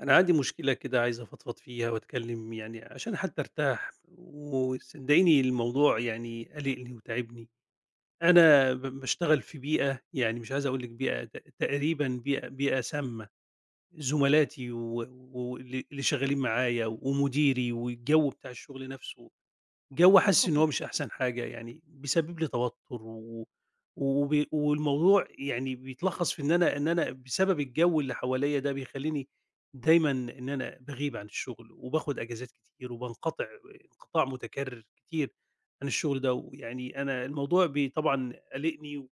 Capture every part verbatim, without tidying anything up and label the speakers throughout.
Speaker 1: أنا عندي مشكلة كده عايز أفضفض فيها وأتكلم يعني عشان حتى أرتاح، وصدقيني الموضوع يعني قلقني وتاعبني. أنا ب باشتغل في بيئة، يعني مش عايز أقول لِك بيئة، ت تقريبًا بيئة بيئة سامة، زملاتي و واللي اللي شغالين معايا ومديري والجو بتاع الشغل نفسه، جو
Speaker 2: يا
Speaker 1: حاسس إن هو
Speaker 2: خبر!
Speaker 1: مش أحسن حاجة، يعني بيسبب لي توتر. و وب والموضوع يعني بيتلخّص في إن أنا إن أنا بسبب الجو اللي حواليّا ده بيخلّيني دايمًا إن أنا باغيب عن الشغل وباخد أجازات كتير وبانقطع، انقطاع متكرر كتير عن الشغل ده، ويعني أنا الموضوع بي طبعًا قالقني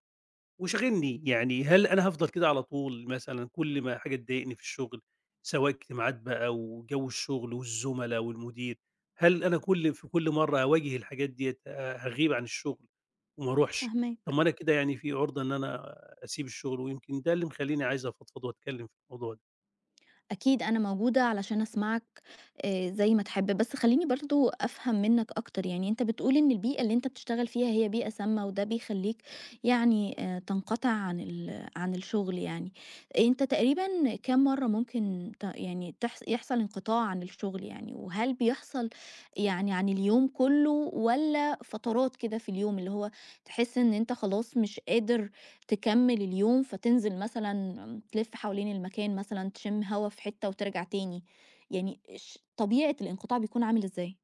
Speaker 1: وشاغلني. يعني هل أنا هافضل كده على طول مثلًا كل ما حاجة تضايقني في الشغل، سواء اجتماعات بقى وجو الشغل والزملا والمدير، هل أنا كل في كل مرّة أواجه الحاجات ديّة ه هاغيب عن الشغل وما أروحش؟
Speaker 2: فاهماك.
Speaker 1: طب ما أنا كده يعني في عُرضة إن أنا أسيب الشغل، ويمكن ده اللي مخلّيني عايز أفضفض وأتكلم في الموضوع ده.
Speaker 2: أكيد أنا موجودة علشان أسمعك آآ زي ما تحب، بس خلّيني برضه أفهم منّك أكتر، يعني أنت بتقول إن البيئة اللي أنت بتشتغل فيها هي بيئة سامة وده بيخلّيك يعني آآ تنقطع عن ال عن الشغل يعني، أنت تقريبًا كام مرّة ممكن ت يعني تحص يحصل انقطاع عن الشغل يعني، وهل بيحصل يعني عن اليوم كلّه والّا فترات كده في اليوم، اللي هو تحس إن أنت خلاص مش قادر تكمّل اليوم، فتنزل مثلًا تلِف حوالين المكان مثلًا، تشِم هوا في حتّة وترجع تاني، يعني ش طبيعة الانقطاع بيكون عامل إزاي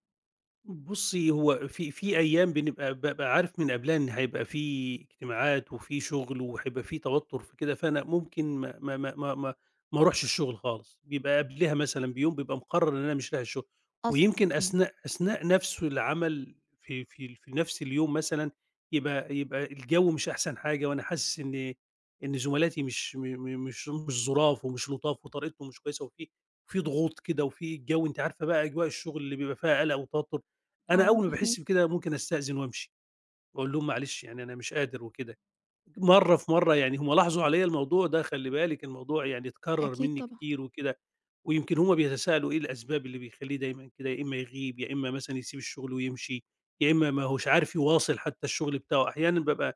Speaker 1: بُصّي، هو في في أيام بنبقى بابقى عارف من قبلها إن هيبقى في اجتماعات وفي شغل وهيبقى في توتُّر في كده، فأنا ممكن ما ما ما ما ما ما أروحش الشغل خالص، بيبقى قبلها مثلًا بيوم بيبقى مقرّر إن أنا مش رايح الشغل،
Speaker 2: أصلًا؟
Speaker 1: ويمكن
Speaker 2: إمم.
Speaker 1: أثناء أثناء نَفْسه العمل في في في نَفْس اليوم مثلًا يبقى يبقى الجو مش أحسن حاجة، وأنا حاسس إن إن زملاتي مش م م مش مش ظُراف ومش لُطاف وطريقتهم مش كويسة، وفي في ضغوط كده، وفي الجو أنتِ عارفة بقى أجواء الشغل اللي بيبقى فيها قَلَق وتوتُّر. أنا
Speaker 2: آه،
Speaker 1: أول ما باحس
Speaker 2: فاهماك،
Speaker 1: بكده ممكن أستأذن وأمشي، وأقول لهم معلش يعني أنا مش قادر وكده. مرّة في مرّة يعني هم لاحظوا عليَّ الموضوع ده، خلّي بالِك الموضوع يعني اتكرر
Speaker 2: أكيد
Speaker 1: منّي
Speaker 2: طبعًا.
Speaker 1: كتير وكده، ويمكن هم بيتساءلوا إيه الأسباب اللي بيخلّيه دايمًا كده يا إمّا يغيب، يا إمّا مثلًا يسيب الشغل ويمشي، يا إمّا ما هوش عارف يواصل حتى الشغل بتاعه. أحيانًا بابقى ما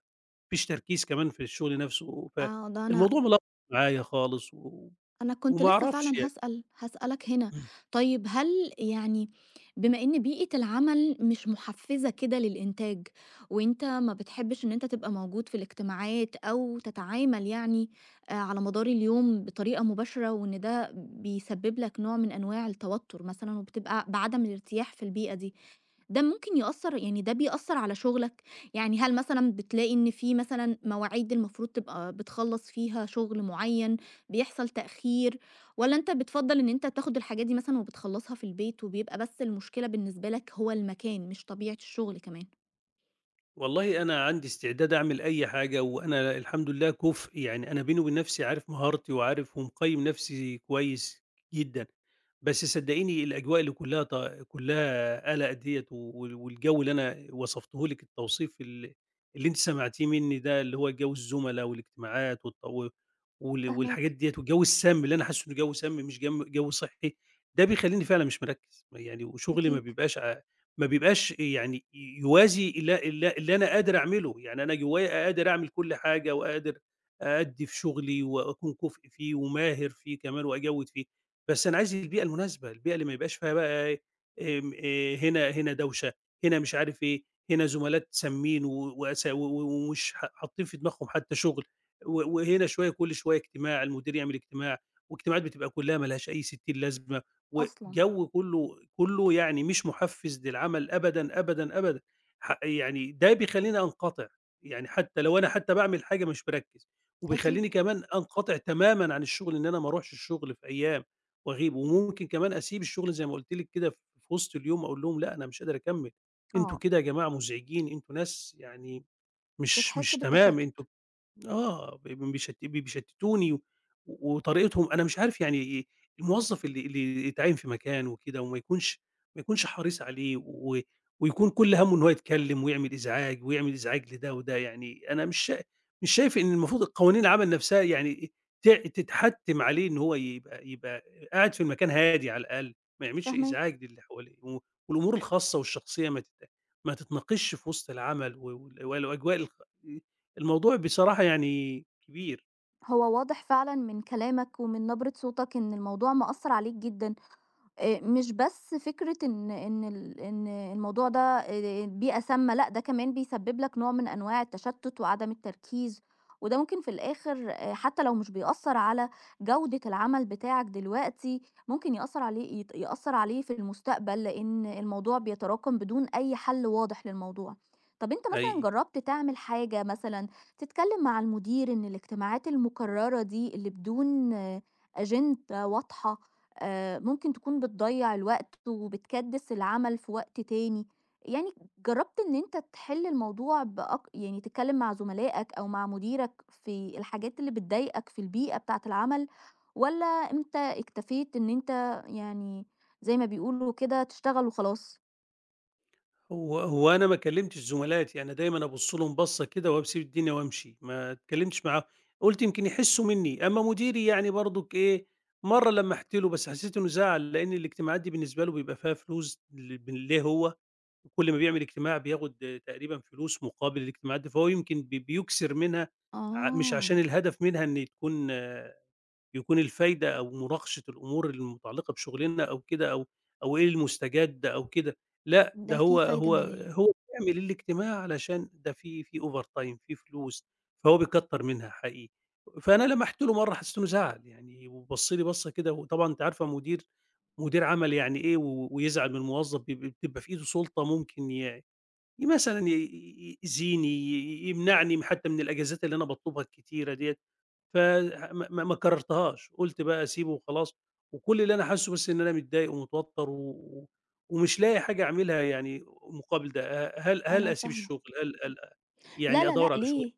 Speaker 1: فيش تركيز كمان في الشغل نفسه،
Speaker 2: آه، ده أنا
Speaker 1: فالموضوع ملخبط معايا خالص، و
Speaker 2: أنا كنت
Speaker 1: وما
Speaker 2: لسه
Speaker 1: أعرفش
Speaker 2: فعلًا هاسأل، هاسألك هنا،
Speaker 1: يعني.
Speaker 2: طيب هل يعني بما إن بيئة العمل مش محفّزة كده للإنتاج، وأنت ما بتحبّش إن أنت تبقى موجود في الاجتماعات أو تتعامل يعني آآ على مدار اليوم بطريقة مباشرة، وإن ده بيسبب لك نوع من أنواع التوتر مثلًا، وبتبقى بعدم الارتياح في البيئة دي، ده ممكن يأثّر يعني ده بيأثّر على شغلك؟ يعني هل مثلًا بتلاقي إن في مثلًا مواعيد المفروض تبقى بتخلّص فيها شغل معيّن بيحصل تأخير، والّا أنت بتفضّل إن أنت تاخد الحاجات دي مثلًا وبتخلّصها في البيت، وبيبقى بس المشكلة بالنسبة لك هو المكان مش طبيعة الشغل كمان؟
Speaker 1: والله أنا عندي استعداد أعمل أي حاجة، وأنا الحمد لله كُفء، يعني أنا بيني وبين نفسي عارف مهارتي وعارف ومقيّم نفسي كويس جدًا، بس صدقيني الأجواء اللي كلّها ط كلّها قلق ديّة، وال والجو اللي أنا وصفته لِك، التوصيف ال اللي أنتِ سمعتيه مني ده، اللي هو جو الزملا والاجتماعات والط و وال والحاجات
Speaker 2: فاهماك،
Speaker 1: ديّة والجو السام اللي أنا حاسه إنه جو سام مش جم جو صحّي، ده بيخلّيني فعلًا مش مركّز، يعني وشغلي ما
Speaker 2: أكيد،
Speaker 1: بيبقاش ع ما بيبقاش يعني ي يوازي اللي اللي اللي أنا قادر أعمله، يعني أنا جوايا قادر أعمل كل حاجة وقادر أأدّي في شغلي وأكون كُفء فيه وماهر فيه كمان وأجود فيه، بس أنا عايز البيئة المناسبة، البيئة اللي ما يبقاش فيها بقى إيه، آمم، آآ، هنا هنا دوشة، هنا مش عارف إيه، هنا زملاء سامين و وأس و و ومش ح حاطين في دماغهم حتى شغل، و وهنا شوية كل شوية اجتماع، المدير يعمل اجتماع، واجتماعات بتبقى كلّها ما لهاش أي ستين لازمة،
Speaker 2: أصلًا،
Speaker 1: وجو كله كله يعني مش محفز للعمل أبدًا، أبدًا، أبدًا. ح يعني ده بيخلّيني أنقطع، يعني حتى لو أنا حتى باعمل حاجة مش مركّز،
Speaker 2: أكيد،
Speaker 1: وبيخلّيني كمان أنقطع تمامًا عن الشغل، إن أنا ما أروحش الشغل في أيام وأغيب،
Speaker 2: مم.
Speaker 1: وممكن كمان أسيب الشغل زي ما قُلت لِك كده في وسط اليوم أقول لهم لأ، أنا مش قادر أكمّل، أنتم
Speaker 2: آه،
Speaker 1: كده يا جماعة مزعجين، أنتم ناس يعني مش
Speaker 2: بتحس
Speaker 1: مش تمام، أنتم
Speaker 2: بالتشتت،
Speaker 1: آه، ب بيشت بيشتتوني و وطريقتهم. أنا مش عارف يعني إيه الموظف اللي اللي يتعيّن في مكان وكده وما يكونش ما يكونش حريص عليه، و ويكون كل هَمُّه إن هو يتكلّم ويعمل إزعاج ويعمل إزعاج لده وده. يعني أنا مش شا مش شايف إن المفروض قوانين العمل نَفْسها يعني ت تتحتّم عليه إن هو يبقى يبقى قاعد في المكان هادي على الأقل، ما يعملش
Speaker 2: فاهماك.
Speaker 1: إزعاج للي حواليه، و والأمور الخاصة والشخصية ما تت ما تتناقشش في وسط العمل، و وال والأجواء الخ الموضوع بصراحة يعني كبير
Speaker 2: هو واضح فعلًا من كلامك ومن نبرة صوتك إن الموضوع مأثّر عليك جدًا. آآ مش بس فكرة إن إن ال إن الموضوع ده آآ بيئة سامة، لأ ده كمان بيسبب لك نوع من أنواع التشتُّت وعدم التركيز، وده ممكن في الآخر آآ حتى لو مش بيأثّر على جودة العمل بتاعك دلوقتي، ممكن يأثّر عليه يت يأثّر عليه في المستقبل، لإن الموضوع بيتراكم بدون أي حل واضح للموضوع. طَب أنت مثلًا
Speaker 1: حقيقي.
Speaker 2: جرّبت تعمل حاجة مثلًا، تتكلّم مع المدير إن الاجتماعات المكرّرة دي اللي بدون آه، أجندة واضحة آآ ممكن تكون بتضيّع الوقت وبتكدِّس العمل في وقت تاني، يعني جرّبت إن أنت تحِل الموضوع بأك يعني تتكلّم مع زملائك أو مع مديرك في الحاجات اللي بتضايقك في البيئة بتاعة العمل، والّا أنت اكتفيت إن أنت يعني زي ما بيقولوا كده تشتغل وخلاص؟
Speaker 1: هو هو أنا ما كلّمتش زملاتي، أنا دايمًا أبُص لهم بَصّة كده وباسيب الدنيا وأمشي، ما اتكلّمتش معاهم، قُلت يمكن يحسّوا منّي. أمّا مديري يعني برضُك إيه، مرّة لمّحت له بس حسّيت إنه زعل، لإن الاجتماعات دي بالنسبة له بيبقى فيها فلوس ل ب ليه هو، وكل ما بيعمل اجتماع بياخُد آه، تقريبًا فلوس مقابل الاجتماعات دي، فهو يمكن بي بيُكسِر منها، ع مش
Speaker 2: آه،
Speaker 1: عشان الهدف منها إن تكون يكون الفايدة أو مناقشة الأمور المتعلقة بشغلنا أو كده، أو أو إيه المستجد أو كده، لأ ده
Speaker 2: ده في
Speaker 1: هو
Speaker 2: فايدة
Speaker 1: هو
Speaker 2: مالية،
Speaker 1: هو بيعمل الاجتماع علشان ده في في overtime، في فلوس، فهو بيكتّر منها حقيقي. فأنا لمحت له مرّة حسّيت إنه زعل يعني، وبَص لي بَصّة كده، وطبعًا أنتِ عارفة مدير مدير عمل يعني إيه، و ويزعل من موظف بيب بتبقى في إيده سُلطة، ممكن ي ي مثلًا ي ي يأذيني، ي يمنعني حتى من الأجازات اللي أنا باطلبها الكتيرة ديّة، ف ما ما ما كررتهاش، قُلت بقى أسيبه وخلاص، وكل اللي أنا حاسُّه بس إن أنا متضايق ومتوتّر و و- ومش لاقي حاجة أعملها يعني مقابل ده، ه هل هل
Speaker 2: أنا
Speaker 1: أسيب
Speaker 2: فاهمة.
Speaker 1: الشغل، هل هل
Speaker 2: لا،
Speaker 1: يعني
Speaker 2: لا، لأ،
Speaker 1: أدوّر على شغل؟
Speaker 2: ليه؟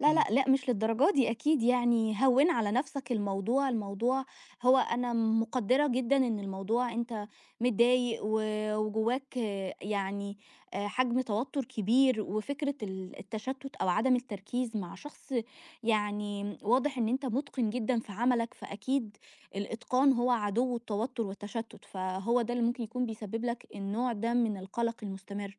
Speaker 2: لا، لأ،
Speaker 1: إمم،
Speaker 2: لأ، مش للدرجة دي أكيد يعني هوّن على نَفْسك الموضوع، الموضوع هو أنا مقدّرة جدًا إن الموضوع أنت متضايق و وجواك آه، يعني آآ حجم توتُّر كبير، وفكرة ال التشتُّت أو عدم التركيز مع شخص يعني واضح إن أنت مُتقِن جدًا في عملك، فأكيد الإتقان هو عدو التوتُّر والتشتُّت، فهو ده اللي ممكن يكون بيسبب لك النوع ده من القَلَق المستمر.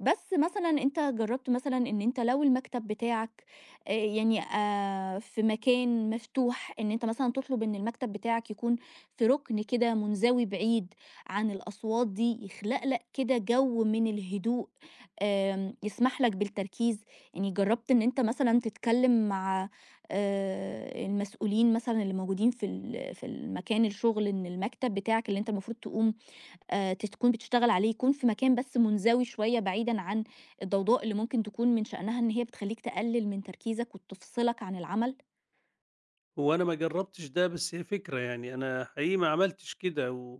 Speaker 2: بس مثلًا أنت جرّبت مثلًا إن أنت لو المكتب بتاعك آآ يعني آآ في مكان مفتوح، إن أنت مثلًا تطلب إن المكتب بتاعك يكون في رُكن كده منزوي بعيد عن الأصوات دي، يخلق لك كده جو من الهدوء آمم يسمح لك بالتركيز، يعني جرّبت إن أنت مثلًا تتكلم مع آآ المسؤولين مثلًا اللي موجودين في ال في المكان الشغل إن المكتب بتاعك اللي أنت المفروض تقوم آآ ت تكون بتشتغل عليه يكون في مكان بس مُنزوي شوية بعيدًا عن الضوضاء اللي ممكن تكون من شأنها إن هي بتخلّيك تقلل من تركيزك وتفصلك عن العمل؟
Speaker 1: هو أنا ما جرّبتش ده، بس هي فكرة، يعني أنا حقيقي ما عملتش كده، و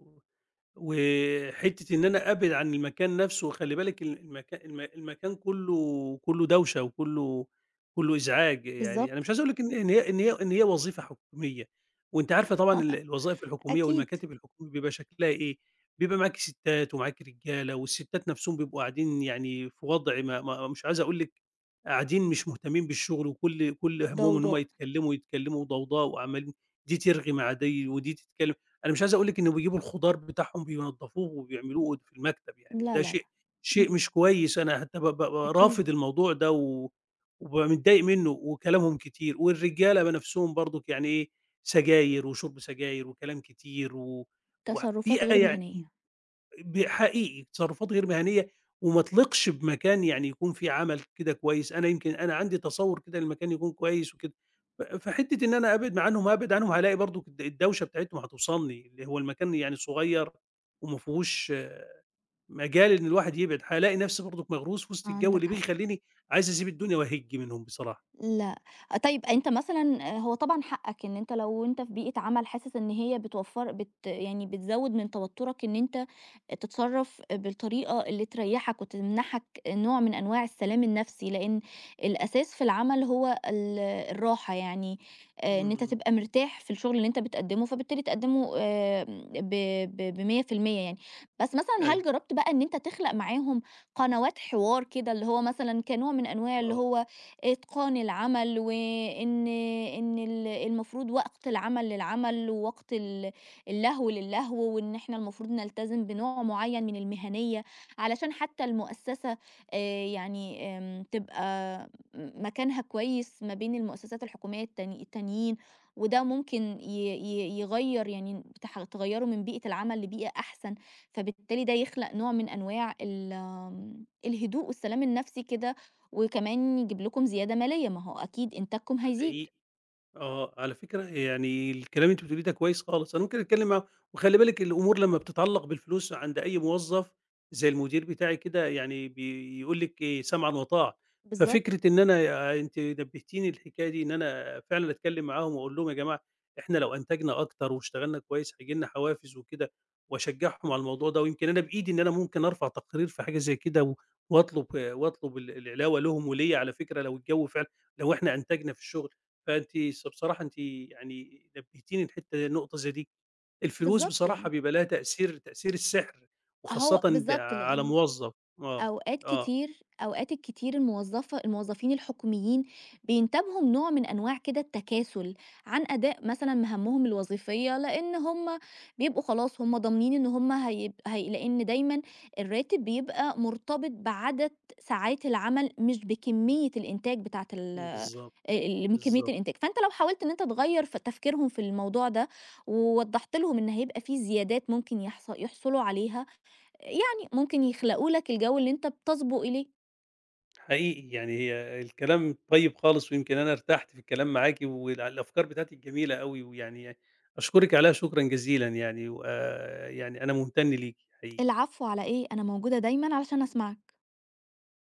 Speaker 1: وحتّة إن أنا أبعد عن المكان نفسه، وخلّي بالِك ال المكا الم المكان كلّه كلّه دوشة وكلّه كلّه إزعاج، يعني أنا مش
Speaker 2: بالضبط،
Speaker 1: عايز أقول لِك إن إن هي إن هي إن هي وظيفة حكومية، وأنتِ عارفة طبعًا ال الوظائف الحكومية
Speaker 2: أكيد.
Speaker 1: والمكاتب الحكومية بيبقى شكلها إيه، بيبقى معاكِ سِتّات ومعاكِ رجالة، والسِتّات نفسهم بيبقوا قاعدين يعني في وضع ما ما مش عايز أقول لِك، قاعدين مش مهتمين بالشغل، وكل كل همّهم إن هُم
Speaker 2: ضوضاء،
Speaker 1: يتكلّموا، يتكلّموا وضوضاء، وعمالين دي ترغي مع دي ودي تتكلّم. أنا مش عايز أقول لِك إنه بيجيبوا الخضار بتاعهم بينضفوه وبيعملوه في المكتب يعني،
Speaker 2: لا،
Speaker 1: وده
Speaker 2: لا، لأ،
Speaker 1: شيء شيء
Speaker 2: إمم،
Speaker 1: مش كويس، أنا حتى ب بابقى رافض
Speaker 2: أكيد،
Speaker 1: الموضوع ده و وبابقى متضايق منه، وكلامهم كتير، والرجالة بقى نفسهم برضُك يعني إيه، سجاير وشرب سجاير وكلام كتير، و
Speaker 2: تصرفات
Speaker 1: وبيئة
Speaker 2: غير
Speaker 1: يعني
Speaker 2: مهنية.
Speaker 1: ب حقيقي تصرفات غير مهنية وما تليقش بمكان يعني يكون فيه عمل كده كويس، أنا يمكن أنا عندي تصوُّر كده للمكان يكون كويس وكده، ف فحتّة إن أنا أبعد عنهم، هابعد عنهم هالاقي برضه الد الدوشة بتاعتهم هتوصلني، اللي هو المكان يعني صغير وما فيهوش مجال إن الواحد يبعد، هالاقي نفسي برضُك مغروس في وسط الجو
Speaker 2: عندك
Speaker 1: اللي
Speaker 2: حق.
Speaker 1: بيخلّيني عايز أسيب الدنيا وأهِج منهم بصراحة.
Speaker 2: لأ. آه، طيب أنت مثلًا آه، هو طبعًا حقك إن أنت لو أنت في بيئة عمل حاسس إن هي بتوفّر بت يعني بتزوّد من توتُّرك إن أنت تتصرّف بالطريقة اللي تريّحك وتمنحك نوع من أنواع السلام النفسي، لإن الأساس في العمل هو ال الراحة يعني، آآ إن أنت
Speaker 1: إمم،
Speaker 2: تبقى مرتاح في الشغل اللي أنت بتقدّمه، فبالتالي تقدّمه آمم ب ب بمية في المية يعني. بس مثلًا هل
Speaker 1: أيوه،
Speaker 2: جرّبت بقى إن أنت تخلق معاهم قنوات حوار كده، اللي هو مثلًا كنوع من أنواع اللي
Speaker 1: آه،
Speaker 2: هو إتقان العمل، وإن إن ال المفروض وقت العمل للعمل، ووقت ال اللهو للهو، وإن إحنا المفروض نلتزم بنوع معيّن من المهنيّة، علشان حتى المؤسسة آآ يعني آمم تبقى م مكانها كويس ما بين المؤسسات الحكومية التان التانيين، وده ممكن ي ي يغيّر يعني تح تغيّره من بيئة العمل لبيئة أحسن، فبالتالي ده يخلق نوع من أنواع ال آمم الهدوء والسلام النفسي كده وكمان يجيب لكم زيادة مالية، ما هو أكيد إنتاجكم هيزيد.
Speaker 1: حقيقي. آه، على فكرة يعني الكلام اللي أنتِ بتقوليه ده كويس خالص، أنا ممكن أتكلم معاهم، وخلّي بالِك الأمور لمّا بتتعلّق بالفلوس عند أي موظف زي المدير بتاعي كده يعني بيقول لِك إيه، سمعًا وطاعة،
Speaker 2: بالضبط،
Speaker 1: ففكرة إن أنا آه، أنتِ نبهتيني للحكاية دي، إن أنا فعلًا أتكلم معاهم وأقول لهم يا جماعة، إحنا لو أنتجنا أكتر واشتغلنا كويس هييجي لنا حوافز وكده، وأشجعهم على الموضوع ده، ويمكن أنا بإيدي إن أنا ممكن أرفع تقرير في حاجة زي كده، و وأطلب آه، وأطلب ال العلاوة لهم وليّا على فكرة، لو الجو فعلًا لو إحنا أنتجنا في الشغل. فأنتِ ص بصراحة أنتِ يعني نبهتيني لحتّة النقطة زي دي، الفلوس
Speaker 2: بالضبط
Speaker 1: بصراحة
Speaker 2: يعني،
Speaker 1: بيبقى لها تأثير، تأثير السحر، وخاصةً
Speaker 2: هو
Speaker 1: د
Speaker 2: بالضبط
Speaker 1: على
Speaker 2: لإن
Speaker 1: موظف. آه،
Speaker 2: أوقات
Speaker 1: آه،
Speaker 2: كتير أوقات الكتير الموظفة الموظفين الحكوميين بينتابهم نوع من أنواع كده التكاسل عن أداء مثلا مهامهم الوظيفية لأن هم بيبقوا خلاص هم ضامنين إن هم هيب... هي... لأن دايما الراتب بيبقى مرتبط بعدد ساعات العمل مش بكمية الإنتاج بتاعة
Speaker 1: إمم،
Speaker 2: ال...
Speaker 1: بالضبط،
Speaker 2: ال- من كمية
Speaker 1: بالضبط،
Speaker 2: الإنتاج فأنت لو حاولت إن أنت تغير في تفكيرهم في الموضوع ده ووضحت لهم إن هيبقى فيه زيادات ممكن يحصل يحصلوا عليها يعني ممكن يخلقوا لك الجو اللي أنت بتسبق إليه.
Speaker 1: حقيقي يعني هي الكلام طيب خالص، ويمكن أنا ارتحت في الكلام معاكِ وال الأفكار بتاعتِك جميلة أوي، ويعني أشكرِك عليها شكرًا جزيلًا يعني، وآآ يعني أنا ممتن ليكِ حقيقي.
Speaker 2: العفو على إيه، أنا موجودة دايمًا علشان أسمعك.